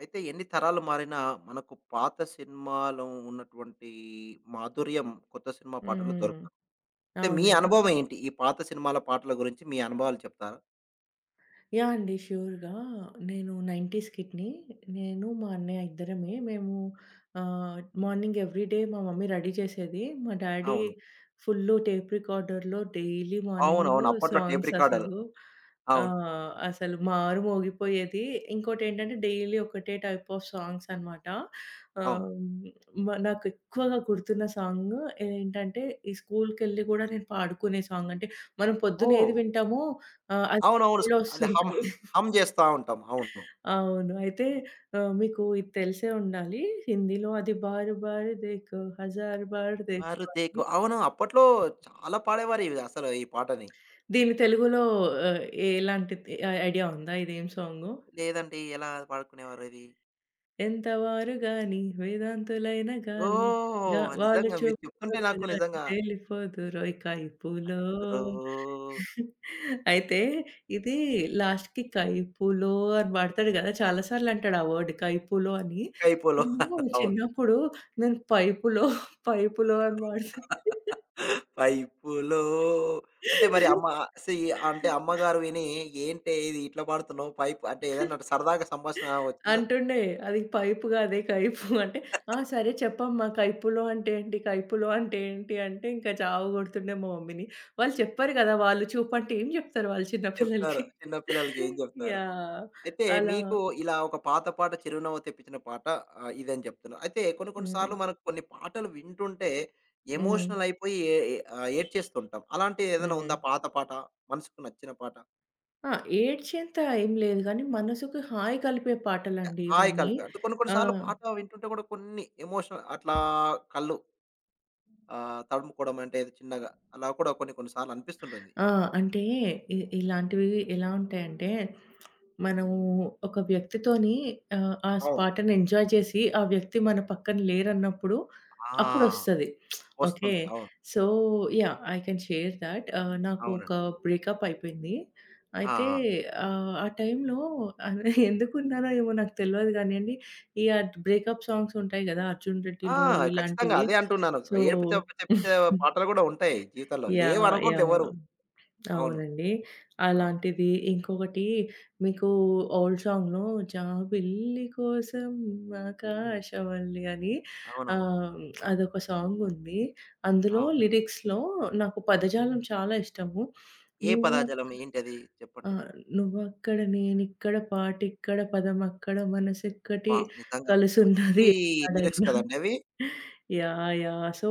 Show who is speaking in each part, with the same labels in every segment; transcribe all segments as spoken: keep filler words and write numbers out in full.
Speaker 1: అయితే ఎన్ని తరాలు మారినా మనకు పాత సినిమాలో ఉన్నటువంటి మాధుర్యం కొత్త సినిమా పాటల్లో
Speaker 2: హ్మ్.
Speaker 1: దొరకదు. అయితే మీ
Speaker 2: అవునండి.
Speaker 1: అనుభవం ఏంటి? ఈ పాత సినిమాల పాటల గురించి మీ అనుభవాలు చెప్తారా?
Speaker 2: యాహ్! అండి. ష్యూర్‌గా. నేను తొంభైస్ కిడ్‌ని. నేను, మా అన్నయ్య ఇద్దరమే. మేము ఆహ్, మార్నింగ్ ఎవ్రీడే మా మమ్మీ రెడీ చేసేది. మా డ్యాడీ
Speaker 1: అవును.
Speaker 2: ఫుల్లు టేప్ రికార్డర్‌లో డైలీ మార్నింగ్
Speaker 1: అవునవును. అప్పట్లో టేప్
Speaker 2: సాంగ్స్
Speaker 1: రికార్డర్.
Speaker 2: అసలు.
Speaker 1: అవును.
Speaker 2: ఆహ్, అసలు మారు మోగిపోయేది. ఇంకోటేంటంటే డైలీ ఒకటే టైప్ ఆఫ్ సాంగ్స్ అనమాట.
Speaker 1: అవును.
Speaker 2: ఆహ్, మ నాకు ఎక్కువగా గుర్తున్న సాంగ్ ఏంటంటే, ఈ స్కూల్‌కెళ్ళి గూడా నేను పాడుకునే సాంగ్. అంటే, మనం పొద్దున
Speaker 1: ఓహ్!
Speaker 2: ఏది వింటామో ఆహ్,
Speaker 1: అవునవును.
Speaker 2: లో
Speaker 1: స్క్ అది హమ్,
Speaker 2: వస్తుంటది.
Speaker 1: హమ్ జేస్తా ఉంటాం. అవును.
Speaker 2: అవును. అయితే ఆహ్, మీకు ఇది తెలిసే ఉండాలి. హిందీలో అది 'బార్ బార్ దేఖో హజార్ బార్ దేఖో' అని.
Speaker 1: మారుతేకు అవును. అప్పట్లో చాలా పాడేవారు ఇవి అసలు ఈ పాటని.
Speaker 2: దీని తెలుగులో ఆహ్, ఎలాంటి ఐ ఐడియా ఉందా ఇదేం సాంగో?
Speaker 1: లేదండి, ఎలా పాడుకునేవారు ఇది?
Speaker 2: ఎంతవారు గాని వేదాంతులైన గాలి గా
Speaker 1: ఓహ్!
Speaker 2: వాళ్ళు
Speaker 1: నిజంగా మీరు చెప్తుంటే
Speaker 2: చూపులోక
Speaker 1: నాకు
Speaker 2: గాని
Speaker 1: నిజంగా
Speaker 2: తేలిపోదురోయ్ కైపులో.
Speaker 1: ఎవరో
Speaker 2: అయితే ఇది లాస్ట్‌కి కైపులో అని వాడతాడు గదా! చాలా సార్లు అంటాడు ఆ వర్డ్ కైపులో అని.
Speaker 1: కైపోలో.
Speaker 2: నేను
Speaker 1: అవును.
Speaker 2: చిన్నప్పుడు నేను పైపులో, పైపులో అని
Speaker 1: పైపులో అంటే మరి
Speaker 2: వాడుతు
Speaker 1: అమ్మ సీ అంటే అమ్మగారు విని "ఏంటే ఇది ఇట్లా పాడుతున్నావు పైపు" అంటే ఏదన్నా సరదాగా సంభాషణ వచ్చిందా?
Speaker 2: అంటుండే. అది పైపు గాదే కైపు అంటే, "ఆ! సరే చెప్పమ్మా కైపులో అంటే ఏంటి? కైపులో అంటే ఏంటి?" అంటే ఇంకా చావ కొడుతుండే మా మమ్మీని. వాళ్ళు చెప్పరు కదా! వాళ్ళు చూపంటే ఏం చెప్తారు వాళ్ళు చిన్న
Speaker 1: చెప్తారు.
Speaker 2: పిల్లలకి.
Speaker 1: చిన్న పిల్లలకి ఏం చెప్తారు?
Speaker 2: యాహ్!
Speaker 1: అయితే
Speaker 2: అలా
Speaker 1: మీకు ఇలా ఒక పాత పాట చిరునవ్వు తెప్పించిన పాట ఆహ్, ఇదని చెప్తున్నారు. అయితే కొన్ని కొన్ని
Speaker 2: హ్మ్.
Speaker 1: సార్లు మనకు కొన్ని పాటలు వింటుంటే
Speaker 2: హ్మ్.
Speaker 1: ఎమోషనల్ అయిపోయి ఏ ఏ ఆహ్, ఏడ్చేస్తుంటాం. అలాంటిది ఏదైనా
Speaker 2: హ్మ్.
Speaker 1: ఉందా పాత పాట? మనసుకు నచ్చిన పాట?
Speaker 2: ఆ! ఏడ్చేంత ఏం లేదు గానీ, మనసుకు హాయి కలిపే పాటలండి
Speaker 1: హాయి
Speaker 2: ఇవన్నీ.
Speaker 1: కలిపే అంటే కొన్ని కొన్ని
Speaker 2: ఆ!
Speaker 1: సార్లు పాట వింటుంటే కూడా కొన్ని ఎమోషనల్ అట్లా కళ్ళు ఆహ్, తడుముకోవడం అంటే ఏదో చిన్నగా అలా కూడా కొన్ని కొన్ని సార్లు అనిపిస్తుంటుంది.
Speaker 2: ఆ! అంటే ఇ ఇలాంటివి ఎలా ఉంటాయంటే, మనము ఒక వ్యక్తితోని ఆహ్, ఆ
Speaker 1: అవును.
Speaker 2: స్పాట్‌ని ఎంజాయ్ చేసి, ఆ వ్యక్తి మన పక్కన లేరన్నప్పుడు,
Speaker 1: ఆ!
Speaker 2: అప్పుడొస్తది. ఓకే.
Speaker 1: వస్తుంది. అవును.
Speaker 2: So, yeah! I can share thought. ఆహ్, నాకు ఒక
Speaker 1: అవునండి.
Speaker 2: బ్రేకప్ అయిపోయింది.
Speaker 1: ఆ!
Speaker 2: అయితే
Speaker 1: ఆ!
Speaker 2: ఆహ్, ఆ టైంలో అదే ఎందుకున్నారో ఏమో నాకు తెలవదు గానీయండి. ఈ అద్ బ్రేకప్ సాంగ్స్ ఉంటాయి గదా! 'అర్జున్
Speaker 1: ఆ!
Speaker 2: రెడ్డిలో'
Speaker 1: ఖచ్చితంగా
Speaker 2: ఇలాంటివి.
Speaker 1: అదే అంటున్నాను.
Speaker 2: సో
Speaker 1: ఏడుపు తెప్ప తెప్పించే పాటలు కూడా ఉంటాయి జీవితంలో.
Speaker 2: యాహ్!
Speaker 1: లేవనకూడదు ఎవరు.
Speaker 2: యాహ్!
Speaker 1: అవును.
Speaker 2: అవునండి.
Speaker 1: అవును.
Speaker 2: అలాంటిది. ఇంకొకటి మీకు ఓల్డ్ సాంగ్‌లో జాబిల్లి కోసం ఆకాశవల్లి అని
Speaker 1: అవునవును.
Speaker 2: ఆహ్, అదొక సాంగ్ ఉంది. అందులో
Speaker 1: అవును.
Speaker 2: లిరిక్స్‌లో నాకు పదజాలం చాలా ఇష్టము.
Speaker 1: ఏ పదాజలం
Speaker 2: నువ్వక్క
Speaker 1: ఏంటది
Speaker 2: ఆ!
Speaker 1: చెప్పండి?
Speaker 2: నువ్వక్కడ నేనిక్కడ పాటిక్కడ పదమక్కడ మనసెక్కటి
Speaker 1: వావ్! నిజంగా
Speaker 2: కలుసున్నది
Speaker 1: మంచి లిరిక్స్
Speaker 2: ఏనాడైనా.
Speaker 1: కదండీ అవి.
Speaker 2: యాహ్! యాహ్! సో,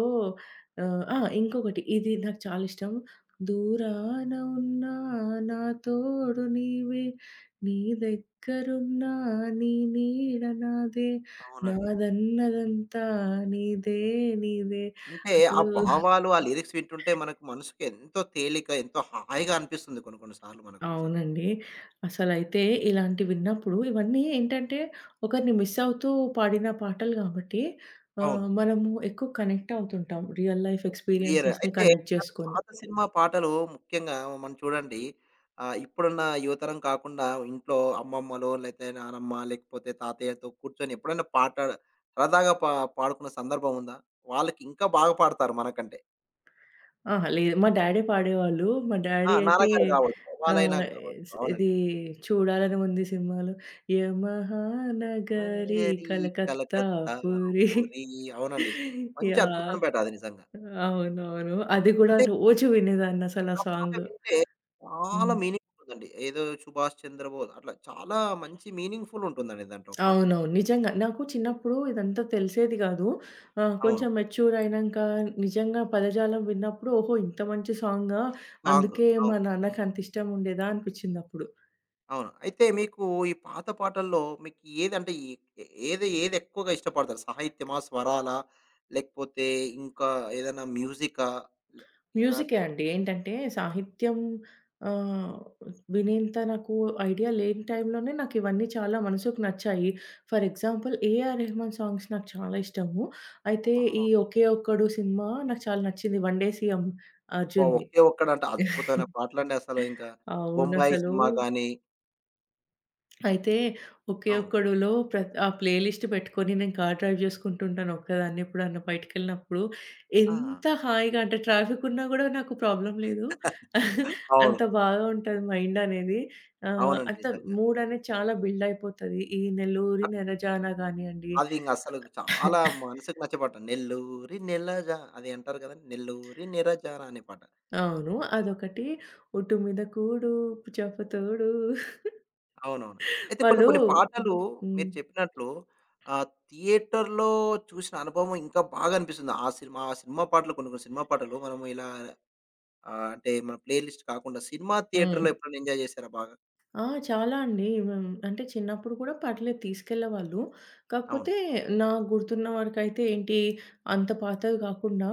Speaker 2: ఆహ్, ఆ! ఇంకొకటి ఇది నాకు చాలా ఇష్టం. దూరాన ఉన్నా నా తోడు నీవే, నీ దగ్గరున్నా నీ నీడ నాదే,
Speaker 1: అవునండి.
Speaker 2: నాదన్నదంతా నీదే నీదే.
Speaker 1: అంటే ఆ
Speaker 2: అసలు
Speaker 1: భావాలు, ఆ లిరిక్స్ వింటుంటే మనకు మనసుకి ఎంతో తేలిక, ఎంతో హాయిగా అనిపిస్తుంది కొన్ని కొన్ని సార్లు మనకు నిజంగా.
Speaker 2: అవునండి. అసలైతే ఇలాంటివి విన్నప్పుడు ఇవన్నీ ఏంటంటే ఒకరిని మిస్ అవుతూ పాడిన పాటలు కాబట్టి
Speaker 1: అవును.
Speaker 2: ఆహ్, మనము ఎక్కువ కనెక్ట్ అవుతుంటాం. Real life
Speaker 1: clear.
Speaker 2: ఎక్స్‌పీరియన్సెస్‌ని
Speaker 1: అయితే
Speaker 2: కనెక్ట్
Speaker 1: ఇలాంటి
Speaker 2: చేసుకొని.
Speaker 1: పాత సినిమా పాటలు ముఖ్యంగా మనం చూడండి. ఆహ్, ఇప్పుడున్న యువతరం కాకుండా ఇంట్లో అమ్మమ్మలో లేతే నానమ్మ లేకపోతే తాతయ్యతో కూర్చొని ఎప్పుడైనా పాట సరదాగా పా పాడుకున్న సందర్భం ఉందా? వాళ్ళకి ఇంకా బాగా పాడతారు మనకంటే.
Speaker 2: అహా! లేదు మా డ్యాడే పాడేవాళ్ళు. మా
Speaker 1: ఆ!
Speaker 2: డ్యాడీ అయితే
Speaker 1: నాన్నగారు గావచ్చు. వాళ్ళైనా
Speaker 2: ఆహ్,
Speaker 1: గావచ్చు.
Speaker 2: స్ ఇది
Speaker 1: అవునండి.
Speaker 2: 'చూడాలని ఉంది' సినిమాలో యమహా నగరి
Speaker 1: ఆరెరి
Speaker 2: కలకత్తా
Speaker 1: కలకత్తా
Speaker 2: పూరి
Speaker 1: పూరి అవునండి. మంచి
Speaker 2: యాహ్!
Speaker 1: అద్భుతమైన పాట అది నిజంగా.
Speaker 2: అవునవును. అది గూడా
Speaker 1: అంటే
Speaker 2: రోజు వినేదాన్నసల
Speaker 1: ఆ
Speaker 2: ఆ
Speaker 1: పాట
Speaker 2: సాంగు.
Speaker 1: వింటే చాలా
Speaker 2: హ్మ్.
Speaker 1: మీనింగ్‌ఫుల్ ఉందండి. ఏదో 'సుభాష్ చంద్రబోస్' అట్లా చాలా మంచి మీనింగ్‌ఫుల్ ఉంటుందండి దాంట్లో పాట.
Speaker 2: అవునవును. నిజంగా. నాకు చిన్నప్పుడు ఇదంతా తెలిసేది గాదు. ఆహ్,
Speaker 1: అవును.
Speaker 2: కొంచెం మెచ్యూర్ అయినంక నిజంగా పదజాలం విన్నప్పుడు, ఓహో! ఇంత మంచి సాంగా,
Speaker 1: సాంగ్.
Speaker 2: అందుకే మా
Speaker 1: అవును.
Speaker 2: నాన్నకి అంత ఇష్టం ఉండేదా అనిపించిందప్పుడు.
Speaker 1: అవును. అయితే మీకు ఈ పాత పాటల్లో మీకు ఏదంటే ఈ ఏ ఏది ఏది ఎక్కువగా ఇష్టపడతారు? సాహిత్యమా? స్వరాలా? లేకపోతే ఇంకా ఏదైనా మ్యూజికా? లే
Speaker 2: మ్యూజికే
Speaker 1: అంటే
Speaker 2: అండి. ఏంటంటే సాహిత్యం ఆహ్, వినేంత నాకు ఐడియా లేని టైంలోనే నాకు ఇవన్నీ చాలా మనసుకు నచ్చాయి. For example 'A R Rahman' songs నాకు చాలా ఇష్టము. అయితే
Speaker 1: ఆహా!
Speaker 2: ఈ 'ఒకే ఒక్కడు' సినిమా నాకు చాలా నచ్చింది. 'వన్డే సీఎం'
Speaker 1: అబ్బా!
Speaker 2: అర్జున్‌ది.
Speaker 1: ఒకే ఒక్కడంటే అద్భుతమైన పాటలండి అసలు ఇంకా. 'బొంబాయి'
Speaker 2: అవునసలు.
Speaker 1: సినిమా గాని
Speaker 2: అయితే ఒకే
Speaker 1: అవును.
Speaker 2: ఒక్కడులో ప్రత్ ఆ ప్లే లిస్ట్ పెట్టుకొని నేను కార్ డ్రైవ్ చేసుకుంటుంటాను ఒక్కదాన్ని ఎప్పుడన్నా బయటికెళ్ళినప్పుడు.
Speaker 1: ఆ!
Speaker 2: ఎంత హాయిగా అంటే ట్రాఫికున్నా గూడా నాకు ప్రాబ్లమ్ లేదు.
Speaker 1: అవును.
Speaker 2: అంత బాగా ఉంటది మైండ్ అనేది. ఆహ్,
Speaker 1: అవునండి.
Speaker 2: అంత
Speaker 1: నిజంగా.
Speaker 2: మూడ్ అనేది చాలా బిల్డ్ అయిపోతది. ఈ 'నెల్లూరి నెరజాన' గానియండి.
Speaker 1: అది ఇంక అసలు చాలా మనసుకు నచ్చే పాట. 'నెల్లూరి నెలజ' అది అంటారు కదండీ. 'నెల్లూరి నిరజ' అనే పాట.
Speaker 2: అవును.
Speaker 1: అవును.
Speaker 2: అదొకటి. 'ఒట్టు మీద కూడు పుచపు తోడు'
Speaker 1: అవునవును. అయితే కొన్ని
Speaker 2: వాళ్ళు
Speaker 1: కొన్ని
Speaker 2: హ్మ్.
Speaker 1: పాటలు
Speaker 2: హ్మ్.
Speaker 1: మీరు చెప్పినట్లు ఆహ్, థియేటర్‌లో చూసిన అనుభవం ఇంకా బాగా అనిపిస్తుంది. ఆ సినిమా ఆ సినిమా పాటలు కొన్ని కొన్ని సినిమా పాటలు మనము ఇలా ఆహ్, అంటే మన ప్లే లిస్ట్ కాకుండా సినిమా
Speaker 2: హ్మ్.
Speaker 1: థియేటర్‌లో ఎప్పుడైనా ఎంజాయ్ చేశారా బాగా?
Speaker 2: ఆ! చాలా అండి. హ్మ్. అంటే చిన్నప్పుడు కూడా పర్లేదు తీసుకెళ్ళేవాళ్ళు.
Speaker 1: అవును.
Speaker 2: కాకపోతే నాకు గుర్తున్న వరకైతే ఏంటి అంత పాతవి కాకుండా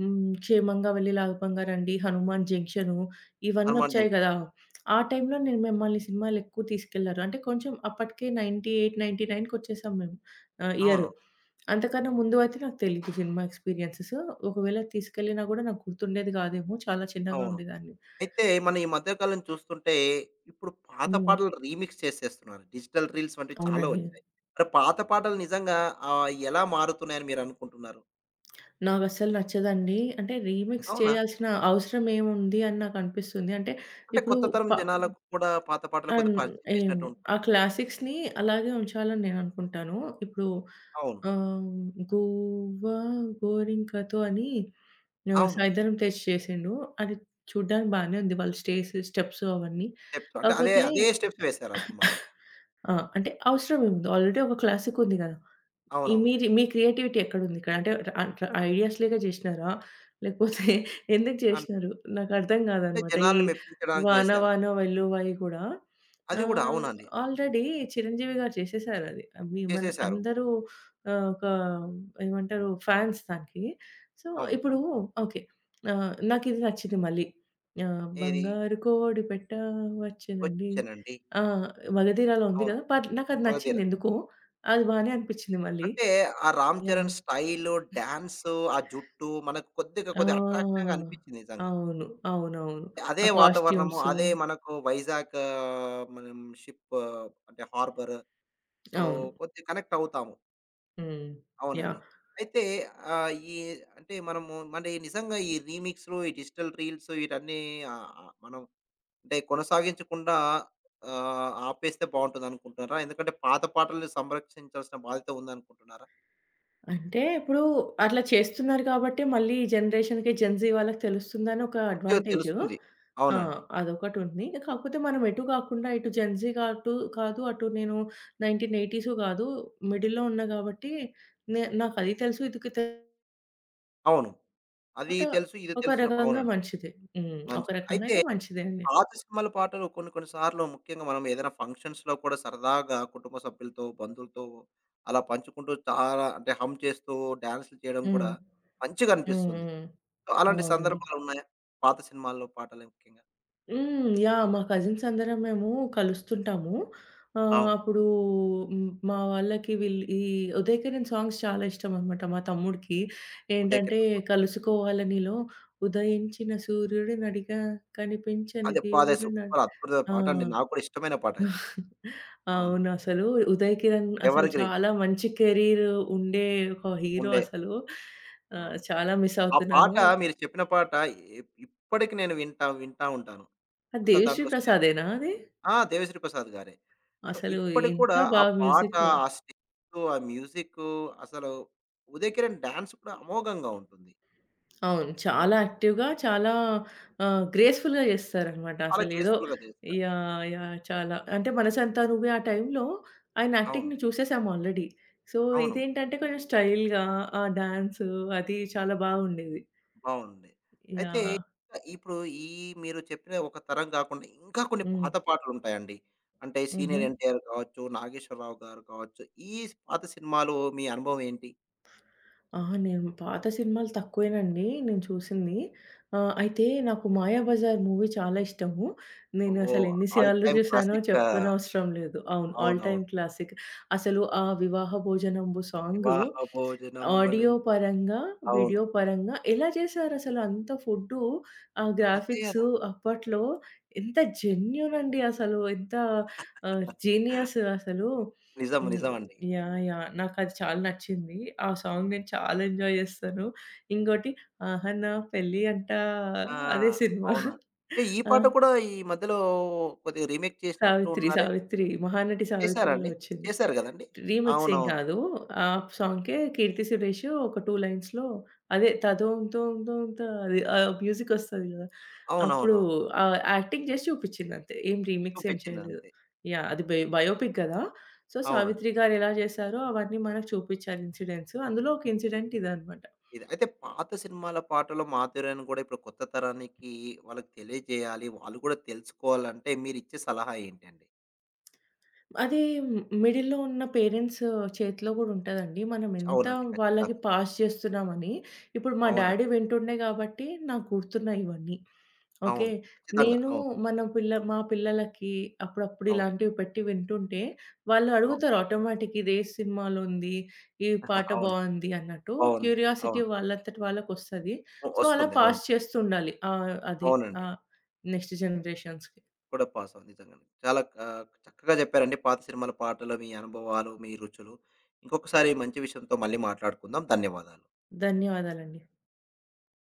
Speaker 2: హ్మ్, క్షేమంగా వెళ్ళి లాగపంగా రండి, హనుమాన్ జంక్షను ఇవన్నీ
Speaker 1: 'అర్మాన్
Speaker 2: వచ్చాయి
Speaker 1: జంక్షన్.'
Speaker 2: గదా! ఆ టైంలో నేను మమ్మల్ని సినిమాలు ఎక్కువ తీసుకెళ్లారు. అంటే కొంచెం అప్పటికే తొంభై ఎనిమిది, 99కి వచ్చేసాం మేము ఆహ్, ఇయర్.
Speaker 1: అవును.
Speaker 2: అంతకన్నా ముందు అయితే నాకు తెలీదు సినిమా ఎక్స్‌పీరియన్సెస్. ఒకవేళ తీసుకెళ్ళినా గూడా నాకు గుర్తుండేది గాదేమో. చాలా చిన్నగా
Speaker 1: అవును.
Speaker 2: ఉండేదాన్ని.
Speaker 1: అయితే మనం ఈ మధ్య కాలం చూస్తుంటే, ఇప్పుడు పాత
Speaker 2: హ్మ్.
Speaker 1: పాటలు రీమిక్స్ చేసేస్తున్నారు. డిజిటల్ రీల్స్ వంటివి చాలా
Speaker 2: అవునండి.
Speaker 1: వచ్చాయి. మరి పాత పాటలు నిజంగా ఆహ్, ఎలా మారుతున్నాయని మీరనుకుంటున్నారు?
Speaker 2: నాకస్సలు నచ్చదండి. అంటే రీమిక్స్
Speaker 1: అవునా?
Speaker 2: చేయాల్సిన అవసరం ఏముంది అని నాకనిపిస్తుంది. అంటే
Speaker 1: అంటే
Speaker 2: ఇప్పుడు
Speaker 1: కొత్త తరం
Speaker 2: ప
Speaker 1: జనాలకు కూడా పాత పాటలు
Speaker 2: అన్
Speaker 1: కొద్దిగా పరిచయం చేసినట్టు
Speaker 2: ఏమో ఆ
Speaker 1: ఉంటుంది కదా!
Speaker 2: క్లాసిక్స్‌ని అలాగే ఉంచాలని నేననుకుంటాను. ఇప్పుడు
Speaker 1: అవును.
Speaker 2: ఆహ్, 'గువ్వా గోరింకతో' అని ఆహ్,
Speaker 1: అవును.
Speaker 2: 'సైదరం తేజ్' చేసిండు. అది చూడ్డానికి బానే ఉంది. వాళ్ళ స్టేస్, స్టెప్స్ అవన్నీ.
Speaker 1: స్టెప్స్ అంటే అదే,
Speaker 2: కాకపోతే
Speaker 1: అదే స్టెప్స్ వేశారు ఆ సినిమాలో.
Speaker 2: ఆ! అంటే అవసరం ఏముంది? ఆల్రెడీ ఒక క్లాసిక్ ఉంది గదా! ఈ
Speaker 1: అవునవును.
Speaker 2: మీది మీ క్రియేటివిటీ ఎక్కడుంది ఇక్కడ? అంటే అట్లా ఐడియాస్‌లీగా జేసినారా? లేకపోతే ఎందుకు
Speaker 1: అంటే
Speaker 2: జేసినారు? నాకర్థం
Speaker 1: అంటే
Speaker 2: గాదనమాట. ఈ
Speaker 1: జనాల్ని మెప్పించడానికి
Speaker 2: 'వాన
Speaker 1: చేశారా?
Speaker 2: వాన వెల్లువై' గూడా
Speaker 1: అది కూడా
Speaker 2: ఆహ్,
Speaker 1: అవునండి. అవును.
Speaker 2: ఆల్రెడీ చిరంజీవి గారు చేసేసారది. అవి మన
Speaker 1: చేసేశారు.
Speaker 2: అందరూ ఆహ్, ఒక ఏమంటారు ఫ్యాన్స్ దానికి. సో,
Speaker 1: అవును.
Speaker 2: ఇప్పుడు ఓకే. ఆహ్, నాకిది నచ్చింది మళ్ళీ. ఆహ్,
Speaker 1: ఏది?
Speaker 2: బంగారు కోడి పెట్ట వచ్చెనండి.
Speaker 1: 'వచ్చెనండి.'
Speaker 2: ఆ! మగధీరలో ఉంది
Speaker 1: అవును.
Speaker 2: గదా! పర్ నాకది
Speaker 1: 'మగధీర.'
Speaker 2: నచ్చిందెందుకో. అది బానే అనిపిచ్చింది మళ్ళీ.
Speaker 1: అంటే ఆ 'Ram
Speaker 2: yeah!
Speaker 1: Charan' style, dance, ఆ జుట్టు మనకు కొద్దిగా కొద్దిగా
Speaker 2: ఆ!
Speaker 1: అట్రాక్షన్‌గా అనిపించింది నిజంగా.
Speaker 2: అవును. అవునవును.
Speaker 1: అదే
Speaker 2: ఆ
Speaker 1: వాతావరణము,
Speaker 2: కాస్ట్యూమ్స్
Speaker 1: అదే మనకు వైజాగ్ ఆహ్, మనం షిప్ ఆ, అంటే హార్బర్. సో,
Speaker 2: అవును.
Speaker 1: కొద్దిగా కనెక్ట్ అవుతాము.
Speaker 2: హ్మ్.
Speaker 1: అవునండి.
Speaker 2: యాహ్!
Speaker 1: అయితే ఆహ్, ఈ అంటే మనము మరి నిజంగా ఈ రీమిక్స్‌లు, ఈ డిజిటల్ రీల్స్ వీటన్నీ ఆహ్, ఆహ్, మనం అంటే కొనసాగించకుండా ఆహ్, ఆపేస్తే బావుంటుందనుకుంటున్నారా? ఎందుకంటే పాత పాటల్ని సంరక్షించాల్సిన బాధ్యత ఉందనుకుంటున్నారా?
Speaker 2: అంటే ఇప్పుడు అట్లా చేస్తున్నారు కాబట్టి మళ్ళీ ఈ జనరేషన్‌కి జెన్‌జీ వాళ్ళకి తెలుస్తుందని ఒక
Speaker 1: కొద్దిగా
Speaker 2: అడ్వాంటేజు.
Speaker 1: తెలుస్తుంది.
Speaker 2: ఆ!
Speaker 1: అవునండి.
Speaker 2: అదొకటుంది. కాకపోతే మనం ఎటు కాకుండా ఇటు జెన్‌జీ కాటు కాదు, అటు నేను నైంటీన్ ఎయిటీస్ కాదు. మిడిల్‌లో ఉన్నా కాబట్టి నే నాకది తెలుసు, ఇది కు తెలుసు.
Speaker 1: అవును. అది
Speaker 2: బట్
Speaker 1: తెలుసు, ఇది
Speaker 2: ఒక
Speaker 1: తెలుసున
Speaker 2: రకంగా
Speaker 1: అవునండి.
Speaker 2: మంచిదే. హ్మ్. ఒక
Speaker 1: మంచిది.
Speaker 2: రకంగా
Speaker 1: అయితే
Speaker 2: అయితే మంచిదే అండి.
Speaker 1: పాత సినిమాల పాటలు కొన్ని కొన్ని సార్లు ముఖ్యంగా మనం ఏదైనా ఫంక్షన్స్‌లో కూడా సరదాగా కుటుంబ సభ్యులతో, బంధువులతో అలా పంచుకుంటూ చాలా అంటే హం చేస్తూ డాన్స్‌లు చేయడం కూడా
Speaker 2: హ్మ్.
Speaker 1: మంచిగా
Speaker 2: హ్మ్.
Speaker 1: అనిపిస్తుంది.
Speaker 2: హ్మ్.
Speaker 1: అలాంటి
Speaker 2: అవునండి.
Speaker 1: సందర్భాలు ఉన్నాయా? పాత సినిమాల్లో పాటలు ముఖ్యంగా.
Speaker 2: హ్మ్. యాహ్! మా కజిన్స్ అందరం మేము కలుస్తుంటాము. ఆహ్,
Speaker 1: అవును.
Speaker 2: అప్పుడు హ్మ్, మా వాళ్ళకి వీళ్ళు ఈ ఉదయకిరణ్ సాంగ్స్ చాలా ఇష్టమనమాట మా తమ్ముడికి.
Speaker 1: 'ఉదయ్
Speaker 2: ఏంటంటే,
Speaker 1: కిరణ్'
Speaker 2: 'కలుసుకోవాల నీలో ఉదయించిన సూర్యుడినడిగా కనిపించని
Speaker 1: అదే అదే
Speaker 2: దేవుడినడి'
Speaker 1: సూపర్ అద్భుత
Speaker 2: ఆ!
Speaker 1: పాట అండి. నాకు కూడా ఇష్టమైన పాట అది. అవును.
Speaker 2: అవును. అసలు ఉదయకిరణ్ అసలు
Speaker 1: ఎవర్‌గ్రీన్
Speaker 2: చాలా మంచి కెరీర్ ఉండే ఒక హీరో
Speaker 1: ఉండే.
Speaker 2: అసలు. ఆహ్,
Speaker 1: అవును.
Speaker 2: చాలా మిస్
Speaker 1: ఆ పాట
Speaker 2: అవుతున్నాను.
Speaker 1: మీరు చెప్పిన పాట ఇ ఇప్పటికి నేను వింటా, వింటా ఉంటాను.
Speaker 2: అది
Speaker 1: అసలు
Speaker 2: 'దేవిశ్రీ
Speaker 1: దాంట్లో స్టెప్
Speaker 2: ప్రసాదేనా అది?
Speaker 1: ఆ! 'దేవిశ్రీ ప్రసాద్' గారే. సో,
Speaker 2: అసలు
Speaker 1: ఇప్పటికి
Speaker 2: ఎంత
Speaker 1: కూడా ఆ
Speaker 2: బాగా
Speaker 1: పాట,
Speaker 2: మ్యూజిక్
Speaker 1: ఆ స్టెప్సు, ఆ మ్యూజిక్కు అసలు ఉదయ్ కిరణ్ డాన్స్ కూడా అమోఘంగా ఉంటుంది.
Speaker 2: అవును. చాలా
Speaker 1: అవును.
Speaker 2: యాక్టివ్‌గా, చాలా ఆహ్, గ్రేస్‌ఫుల్‌గా చేస్తారనమాట.
Speaker 1: చాలా
Speaker 2: అసలేదో
Speaker 1: గ్రేస్‌ఫుల్‌గా చేస్తారు.
Speaker 2: యాహ్! యాహ్! చాలా అంటే 'మనసంతా నువ్వే' ఆ టైంలో ఆయన
Speaker 1: అవును.
Speaker 2: యాక్టింగ్‌ని చూసేసాము ఆల్రెడీ. సో,
Speaker 1: అవును.
Speaker 2: ఇదేంటంటే కొంచెం స్టైల్‌గా ఆ డాన్సు అది చాలా బాగుండేది.
Speaker 1: బావుంది. అయితే
Speaker 2: యాహ్!
Speaker 1: ఇప్పుడు ఈ మీరు చెప్పిన ఒక తరం కాకుండా ఇంకా కొన్ని
Speaker 2: హ్మ్.
Speaker 1: పాత పాటలుంటాయండి. అంటే
Speaker 2: హుహు.
Speaker 1: సీనియర్ ఎన్టీఆర్ కావచ్చు, నాగేశ్వరరావు గారు కావచ్చు. ఈ పాత సినిమాలు మీ అనుభవం ఏంటి?
Speaker 2: అహా! నేను పాత సినిమాలు తక్కువేనండి నేను చూసింది. ఆహ్, అయితే నాకు 'మాయాబజార్' మూవీ చాలా ఇష్టము. నేను అసలు
Speaker 1: ఓహ్!
Speaker 2: ఎన్ని
Speaker 1: ఆల్
Speaker 2: సార్లు
Speaker 1: టైమ్
Speaker 2: చూసానో
Speaker 1: క్లాసిక్.
Speaker 2: చెప్పనవసరం అవసరం లేదు. అవును. ఆల్ టైమ్
Speaker 1: అవునవును.
Speaker 2: క్లాసిక్. అసలు ఆ 'వివాహ భోజనంబు' సాంగు
Speaker 1: 'వివాహ
Speaker 2: ఆడియో
Speaker 1: భోజనంబునంబు'
Speaker 2: పరంగా,
Speaker 1: అవును.
Speaker 2: వీడియో పరంగా ఎలా చేశారసలు అంత ఫుడ్డు, ఆ
Speaker 1: అదే
Speaker 2: గ్రాఫిక్స్
Speaker 1: కదా!
Speaker 2: అప్పట్లో ఎంత జెన్యూన్ అండి అసలు. ఎంత ఆహ్, జీనియస్ అసలు.
Speaker 1: నిజం.
Speaker 2: హ్మ్.
Speaker 1: నిజమండి.
Speaker 2: యాహ్! యాహ్! నాకది చాలా నచ్చింది. ఆ సాంగ్ నేను చాలా ఎంజాయ్ జేస్తాను. ఇంకోటి 'ఆహా నా పెళ్లి అంట'
Speaker 1: ఆ!
Speaker 2: అదే సినిమా.
Speaker 1: అవును. ఏ ఈ
Speaker 2: ఆ!
Speaker 1: పాట కూడా ఈ మధ్యలో కొద్దిగా రీమేక్ చేసినట్టు
Speaker 2: 'సావిత్రి',
Speaker 1: ఉన్నారే?
Speaker 2: 'సావిత్రి' మహానటి
Speaker 1: చేసారా
Speaker 2: 'సావిత్రి'లో
Speaker 1: అండి?
Speaker 2: వచ్చింది.
Speaker 1: చేసారు గదండీ!
Speaker 2: రీమిక్స్ ఏం
Speaker 1: అవునవును.
Speaker 2: కాదు. ఆ సాంగ్‌కే 'కీర్తి సురేష్' ఒక రెండు లైన్స్‌లో అదే 'తదోమ్ తోమ్ తోమ్ త' అది ఆ మ్యూజిక్ వస్తది కదా! అప్పుడు
Speaker 1: అవునవునవును.
Speaker 2: ఆహ్, యాక్టింగ్ చేసి చూపించింది అంతే. ఏం రీమిక్స్ ఏం
Speaker 1: చూపించింది
Speaker 2: చేయలేదు.
Speaker 1: అంతే.
Speaker 2: యాహ్! అది బయో బయోపిక్ కదా! సో,
Speaker 1: అవునండి.
Speaker 2: 'సావిత్రి' గారు ఎలా చేశారో అవన్నీ మనకు చూపించారు ఇన్సిడెంట్స్. అందులో ఒక ఇన్సిడెంట్ ఇదన్నమాట.
Speaker 1: ఇది అయితే పాత సినిమాల పాటలు మాధుర్యాన్ని గూడా ఇప్పుడు కొత్త తరానికి వాళ్ళకి తెలియజేయాలి. వాళ్ళు కూడా తెలుసుకోవాలంటే మీరిచ్చే సలహా ఏంటండి?
Speaker 2: అది మ్ మిడిల్‌లో ఉన్న పేరెంట్స్ చేతిలో గూడా ఉంటదండి. మనం ఎంత
Speaker 1: అవునండి. ఖచ్చితంగా.
Speaker 2: వాళ్ళకి పాస్ చేస్తున్నామని. ఇప్పుడు మా డ్యాడీ
Speaker 1: అవునండి.
Speaker 2: వింటుండే గాబట్టి నాకు గుర్తున్నాయి ఇవన్నీ. ఓకే.
Speaker 1: అవును. ఖచ్చితంగా.
Speaker 2: నేను
Speaker 1: అవును.
Speaker 2: మన పిల్ల మా పిల్లలకి అప్పుడప్పుడు
Speaker 1: అవును.
Speaker 2: ఇలాంటివి పెట్టి వింటుంటే వాళ్ళు
Speaker 1: అవును.
Speaker 2: అడుగుతారు ఆటోమేటిక్ ఇది ఏ సినిమాలో ఉంది? ఈ పాట
Speaker 1: అవును.
Speaker 2: బావుంది అన్నట్టు.
Speaker 1: బావుంది.
Speaker 2: క్యూరియాసిటీ
Speaker 1: అవును.
Speaker 2: వాళ్ళంతట వాళ్ళకొస్తది.
Speaker 1: ఒ
Speaker 2: సో, అలా
Speaker 1: వస్తుంది. అవును.
Speaker 2: పాస్ చేస్తుండాలి. ఆహ్, అది
Speaker 1: అవునండి.
Speaker 2: ఆహ్, నెక్స్ట్ జనరేషన్స్‌కి.
Speaker 1: కూడా పాసవును. నిజంగానే. చాలా ఆహ్, చక్కగా చెప్పారండి. పాత సినిమాల పాటలు, మీ అనుభవాలు, మీ రుచులు. ఇంకొకసారి మంచి విషయంతో మళ్ళీ మాట్లాడుకుందాం. ధన్యవాదాలు.
Speaker 2: ధన్యవాదాలండి.